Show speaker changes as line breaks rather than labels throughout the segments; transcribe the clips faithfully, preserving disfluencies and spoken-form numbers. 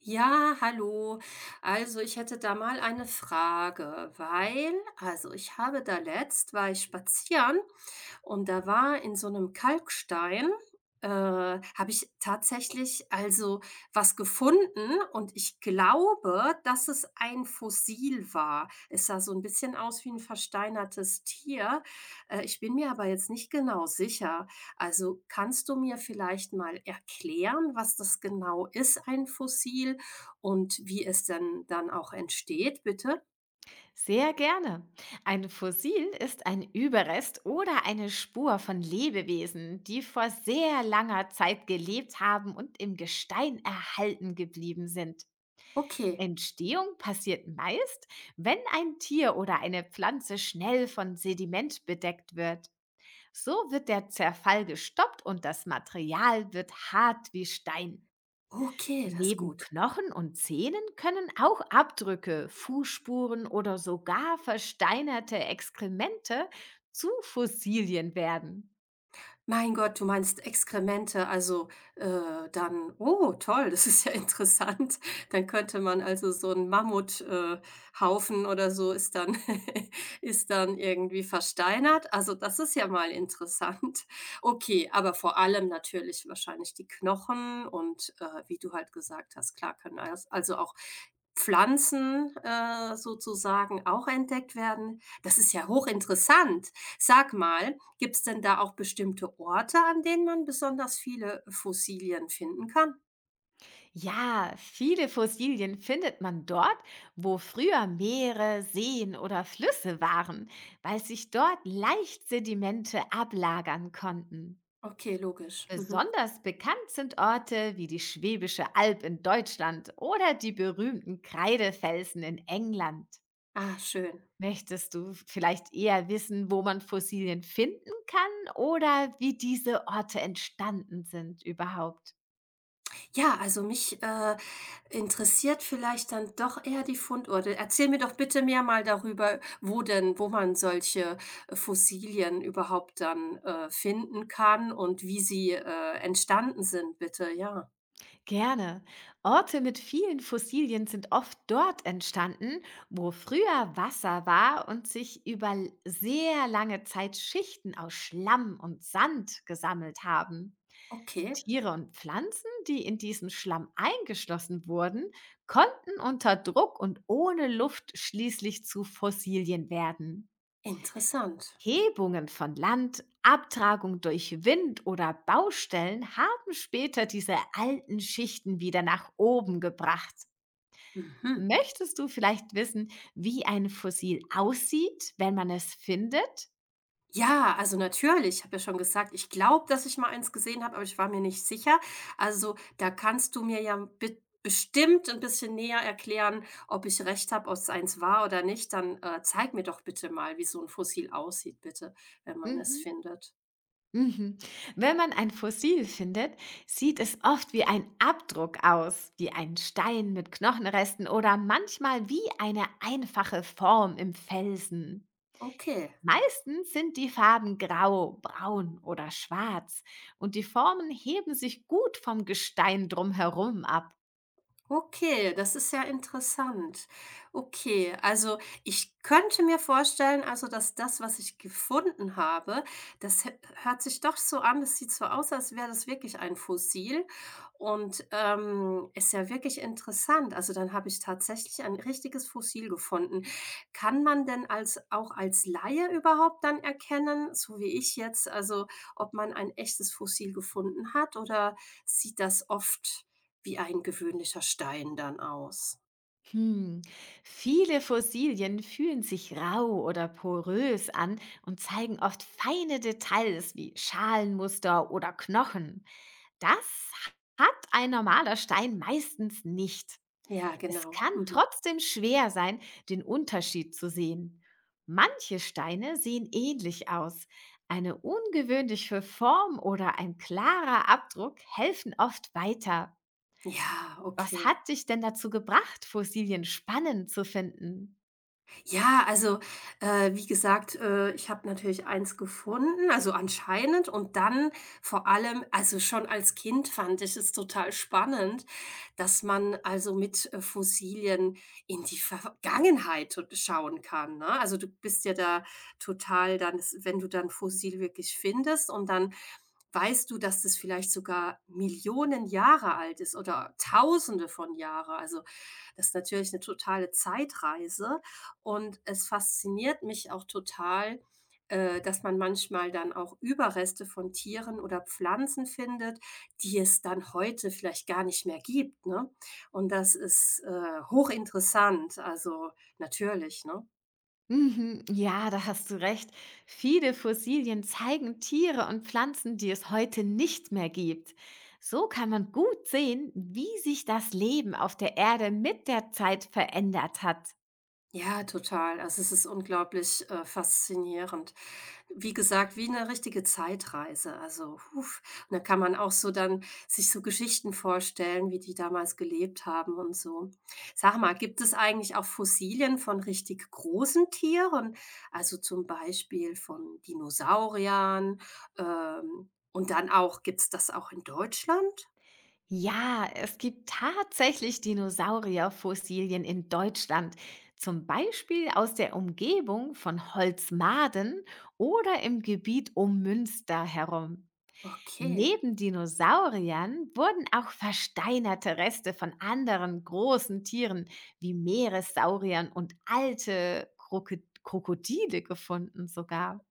Ja, hallo. Also ich hätte da mal eine Frage, weil, also ich habe da letzt, war ich spazieren und da war in so einem Kalkstein, äh, habe ich tatsächlich also was gefunden, und ich glaube, dass es ein Fossil war. Es sah so ein bisschen aus wie ein versteinertes Tier. Äh, ich bin mir aber jetzt nicht genau sicher. Also, kannst du mir vielleicht mal erklären, was das genau ist, ein Fossil, und wie es denn dann auch entsteht, bitte?
Sehr gerne. Ein Fossil ist ein Überrest oder eine Spur von Lebewesen, die vor sehr langer Zeit gelebt haben und im Gestein erhalten geblieben sind.
Okay,
Entstehung passiert meist, wenn ein Tier oder eine Pflanze schnell von Sediment bedeckt wird. So wird der Zerfall gestoppt und das Material wird hart wie Stein.
okay, das ist
Neben
gut.
Knochen und Zähnen können auch Abdrücke, Fußspuren oder sogar versteinerte Exkremente zu Fossilien werden.
Mein Gott, du meinst Exkremente, also, äh, dann, oh, toll, das ist ja interessant. Dann könnte man also so einen Mammuthaufen äh, Haufen oder so ist dann ist dann irgendwie versteinert. Also, das ist ja mal interessant. Okay, aber vor allem natürlich wahrscheinlich die Knochen und, äh, wie du halt gesagt hast, klar, können als also auch Pflanzen, äh, sozusagen auch entdeckt werden. Das ist ja hochinteressant. Sag mal, gibt's denn da auch bestimmte Orte, an denen man besonders viele Fossilien finden kann?
Ja, viele Fossilien findet man dort, wo früher Meere, Seen oder Flüsse waren, weil sich dort leicht Sedimente ablagern konnten.
Okay, logisch. Mhm.
Besonders bekannt sind Orte wie die Schwäbische Alb in Deutschland oder die berühmten Kreidefelsen in England.
Ah, schön.
Möchtest du vielleicht eher wissen, wo man Fossilien finden kann oder wie diese Orte entstanden sind überhaupt?
Ja, also mich, äh, interessiert vielleicht dann doch eher die Fundorte. Erzähl mir doch bitte mehr mal darüber, wo denn wo man solche Fossilien überhaupt dann, äh, finden kann, und wie sie, äh, entstanden sind, bitte, ja.
Gerne. Orte mit vielen Fossilien sind oft dort entstanden, wo früher Wasser war und sich über l- sehr lange Zeit Schichten aus Schlamm und Sand gesammelt haben.
Okay,
Tiere und Pflanzen, die in diesen Schlamm eingeschlossen wurden, konnten unter Druck und ohne Luft schließlich zu Fossilien werden.
interessant.
Hebungen von Land, Abtragung durch Wind oder Baustellen haben später diese alten Schichten wieder nach oben gebracht.
Mhm.
Möchtest du vielleicht wissen, wie ein Fossil aussieht, wenn man es findet?
Ja, also natürlich. Ich habe ja schon gesagt, ich glaube, dass ich mal eins gesehen habe, aber ich war mir nicht sicher. Also, da kannst du mir ja be bestimmt ein bisschen näher erklären, ob ich recht habe, ob es eins war oder nicht. Dann, äh, zeig mir doch bitte mal, wie so ein Fossil aussieht, bitte, wenn man es
Mhm.
findet.
Mhm. Wenn man ein Fossil findet, sieht es oft wie ein Abdruck aus, wie ein Stein mit Knochenresten oder manchmal wie eine einfache Form im Felsen.
Okay.
Meistens sind die Farben grau, braun oder schwarz und die Formen heben sich gut vom Gestein drumherum ab.
Okay, das ist ja interessant. Okay, also ich könnte mir vorstellen, also dass das, was ich gefunden habe, das hö- hört sich doch so an, das sieht so aus, als wäre das wirklich ein Fossil, und ähm, ist ja wirklich interessant. Also dann habe ich tatsächlich ein richtiges Fossil gefunden. Kann man denn als auch als Laie überhaupt dann erkennen, so wie ich jetzt, also ob man ein echtes Fossil gefunden hat, oder sieht das oft wie ein gewöhnlicher Stein dann aus?
Hm. Viele Fossilien fühlen sich rau oder porös an und zeigen oft feine Details wie Schalenmuster oder Knochen. Das hat ein normaler Stein meistens nicht.
Ja,
Es
genau.
kann
Mhm.
trotzdem schwer sein, den Unterschied zu sehen. Manche Steine sehen ähnlich aus. Eine ungewöhnliche Form oder ein klarer Abdruck helfen oft weiter.
Ja,
Was
okay.
hat dich denn dazu gebracht, Fossilien spannend zu finden?
Ja, also, äh, wie gesagt, äh, ich habe natürlich eins gefunden, also anscheinend, und dann vor allem also, schon als Kind fand ich es total spannend, dass man also mit, äh, Fossilien in die Vergangenheit t schauen kann, ne? Also, du bist ja da total, dann wenn du dann Fossil wirklich findest und dann weißt du, dass das vielleicht sogar Millionen Jahre alt ist, oder Tausende von Jahre. Also, das ist natürlich eine totale Zeitreise. Und es fasziniert mich auch total, äh, dass man manchmal dann auch Überreste von Tieren oder Pflanzen findet, die es dann heute vielleicht gar nicht mehr gibt, ne? Und das ist, äh, hochinteressant, also natürlich, ne?
Mhm, ja, da hast du recht. Viele Fossilien zeigen Tiere und Pflanzen, die es heute nicht mehr gibt. So kann man gut sehen, wie sich das Leben auf der Erde mit der Zeit verändert hat.
Ja, total. Also es ist unglaublich äh, faszinierend. Wie gesagt, wie eine richtige Zeitreise. Also, huf. Und da kann man auch so dann sich so Geschichten vorstellen, wie die damals gelebt haben und so. Sag mal, gibt es eigentlich auch Fossilien von richtig großen Tieren? Also zum Beispiel von Dinosauriern, ähm, und dann auch, gibt's das auch in Deutschland?
Ja, es gibt tatsächlich Dinosaurierfossilien in Deutschland, zum Beispiel aus der Umgebung von Holzmaden oder im Gebiet um Münster herum.
Okay,
Neben Dinosauriern wurden auch versteinerte Reste von anderen großen Tieren wie Meeressauriern und alte Kroko- Krokodile gefunden sogar.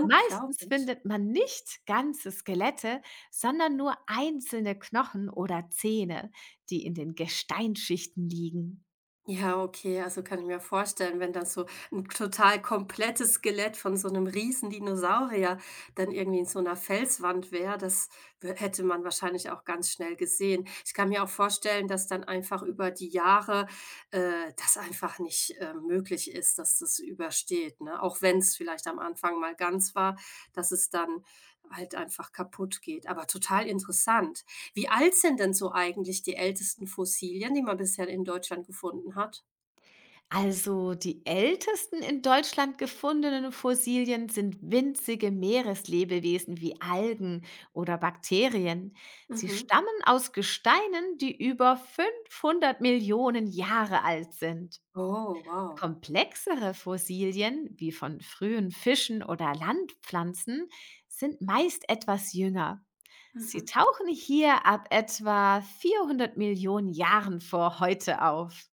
Meistens findet man nicht ganze Skelette, sondern nur einzelne Knochen oder Zähne, die in den Gesteinsschichten liegen.
Ja, okay, also kann ich mir vorstellen, wenn dann so ein total komplettes Skelett von so einem Riesen-Dinosaurier dann irgendwie in so einer Felswand wäre, das wä hätte man wahrscheinlich auch ganz schnell gesehen. Ich kann mir auch vorstellen, dass dann einfach über die Jahre, äh, das einfach nicht, äh, möglich ist, dass das übersteht, ne? Auch wenn es vielleicht am Anfang mal ganz war, dass es dann halt einfach kaputt geht. Aber total interessant. Wie alt sind denn so eigentlich die ältesten Fossilien, die man bisher in Deutschland gefunden hat?
Also die ältesten in Deutschland gefundenen Fossilien sind winzige Meereslebewesen wie Algen oder Bakterien. Sie
Mhm.
stammen aus Gesteinen, die über fünfhundert Millionen Jahre alt sind.
Oh, wow.
Komplexere Fossilien, wie von frühen Fischen oder Landpflanzen, sind meist etwas jünger. Sie
Mhm.
tauchen hier ab etwa vierhundert Millionen Jahren vor heute auf.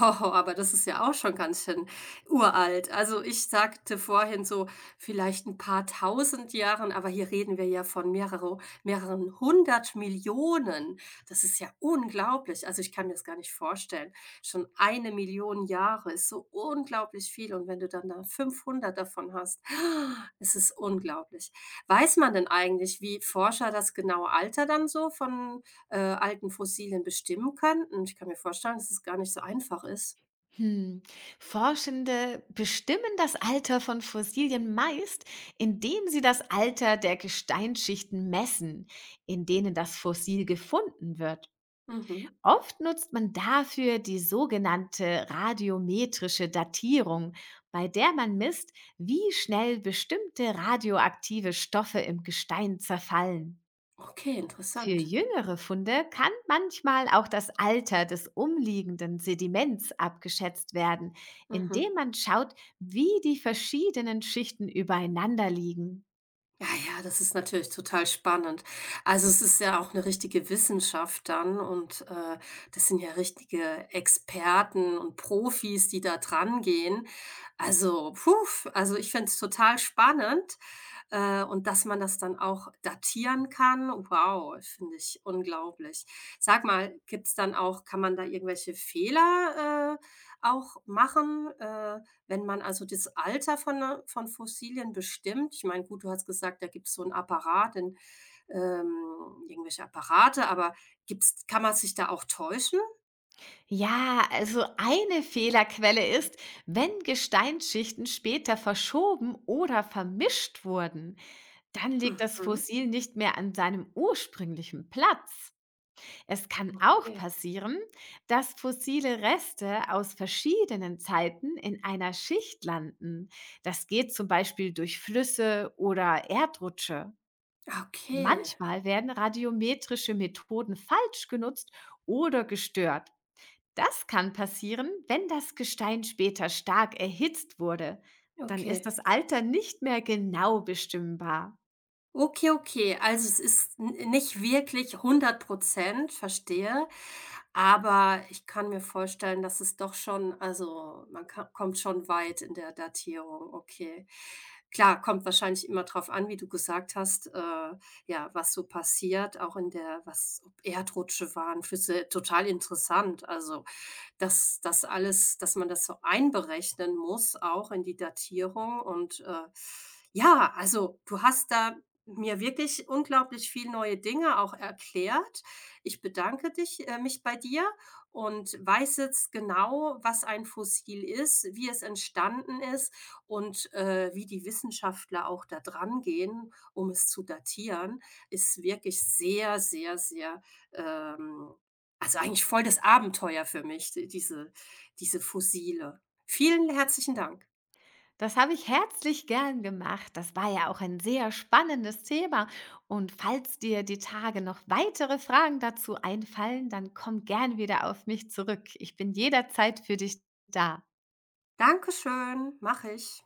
Oh, aber das ist ja auch schon ganz schön uralt. Also ich sagte vorhin so vielleicht ein paar Tausend Jahren, aber hier reden wir ja von mehrere mehreren hundert Millionen. Das ist ja unglaublich. Also, ich kann mir das gar nicht vorstellen. Schon eine Million Jahre ist so unglaublich viel, und wenn du dann da fünfhundert davon hast, es ist unglaublich. Weiß man denn eigentlich, wie Forscher das genaue Alter dann so von, äh, alten Fossilien bestimmen kann? Und ich kann mir vorstellen, dass es gar nicht so einfach ist.
Hm. Forschende bestimmen das Alter von Fossilien meist, indem sie das Alter der Gesteinsschichten messen, in denen das Fossil gefunden wird.
Mhm.
Oft nutzt man dafür die sogenannte radiometrische Datierung, bei der man misst, wie schnell bestimmte radioaktive Stoffe im Gestein zerfallen.
Okay,
Für
interessant.
jüngere Funde kann manchmal auch das Alter des umliegenden Sediments abgeschätzt werden, indem
Mhm.
man schaut, wie die verschiedenen Schichten übereinander liegen.
Ja, ja, das ist natürlich total spannend. Also es ist ja auch eine richtige Wissenschaft dann, und äh, das sind ja richtige Experten und Profis, die da dran gehen. Also, puh, also ich finde es total spannend. Äh, und dass man das dann auch datieren kann, wow, finde ich unglaublich. Sag mal, gibt's dann auch, kann man da irgendwelche Fehler, äh, auch machen, äh, wenn man also das Alter von 'ner von Fossilien bestimmt? Ich meine, gut, du hast gesagt, da gibt's so einen Apparat, den, ähm, irgendwelche Apparate, aber gibt's, kann man sich da auch täuschen?
Ja, also eine Fehlerquelle ist, wenn Gesteinsschichten später verschoben oder vermischt wurden, dann liegt das
Mhm.
Fossil nicht mehr an seinem ursprünglichen Platz. Es kann auch
Okay.
passieren, dass fossile Reste aus verschiedenen Zeiten in einer Schicht landen. Das geht zum Beispiel durch Flüsse oder Erdrutsche.
Okay,
Manchmal werden radiometrische Methoden falsch genutzt oder gestört. Das kann passieren, wenn das Gestein später stark erhitzt wurde. Dann ist
okay.
das Alter nicht mehr genau bestimmbar.
Okay, okay. Also, es ist n nicht wirklich hundert Prozent verstehe. Aber ich kann mir vorstellen, dass es doch schon, also, man ka kommt schon weit in der Datierung, okay. Klar, kommt wahrscheinlich immer drauf an, wie du gesagt hast, äh, ja, was so passiert, auch in der, was, ob Erdrutsche waren, Flüsse, total interessant. Also, dass das alles, dass man das so einberechnen muss, auch in die Datierung, und, äh, ja, also, du hast da mir wirklich unglaublich viel neue Dinge auch erklärt. Ich bedanke dich, äh, mich bei dir, und weiß jetzt genau, was ein Fossil ist, wie es entstanden ist, und, äh, wie die Wissenschaftler auch da dran gehen, um es zu datieren. Ist wirklich sehr, sehr, sehr, ähm, also, eigentlich voll das Abenteuer für mich, d diese diese Fossile. Vielen herzlichen Dank.
Das habe ich herzlich gern gemacht. Das war ja auch ein sehr spannendes Thema. Und falls dir die Tage noch weitere Fragen dazu einfallen, dann komm gern wieder auf mich zurück. Ich bin jederzeit für dich da.
Dankeschön, mache ich.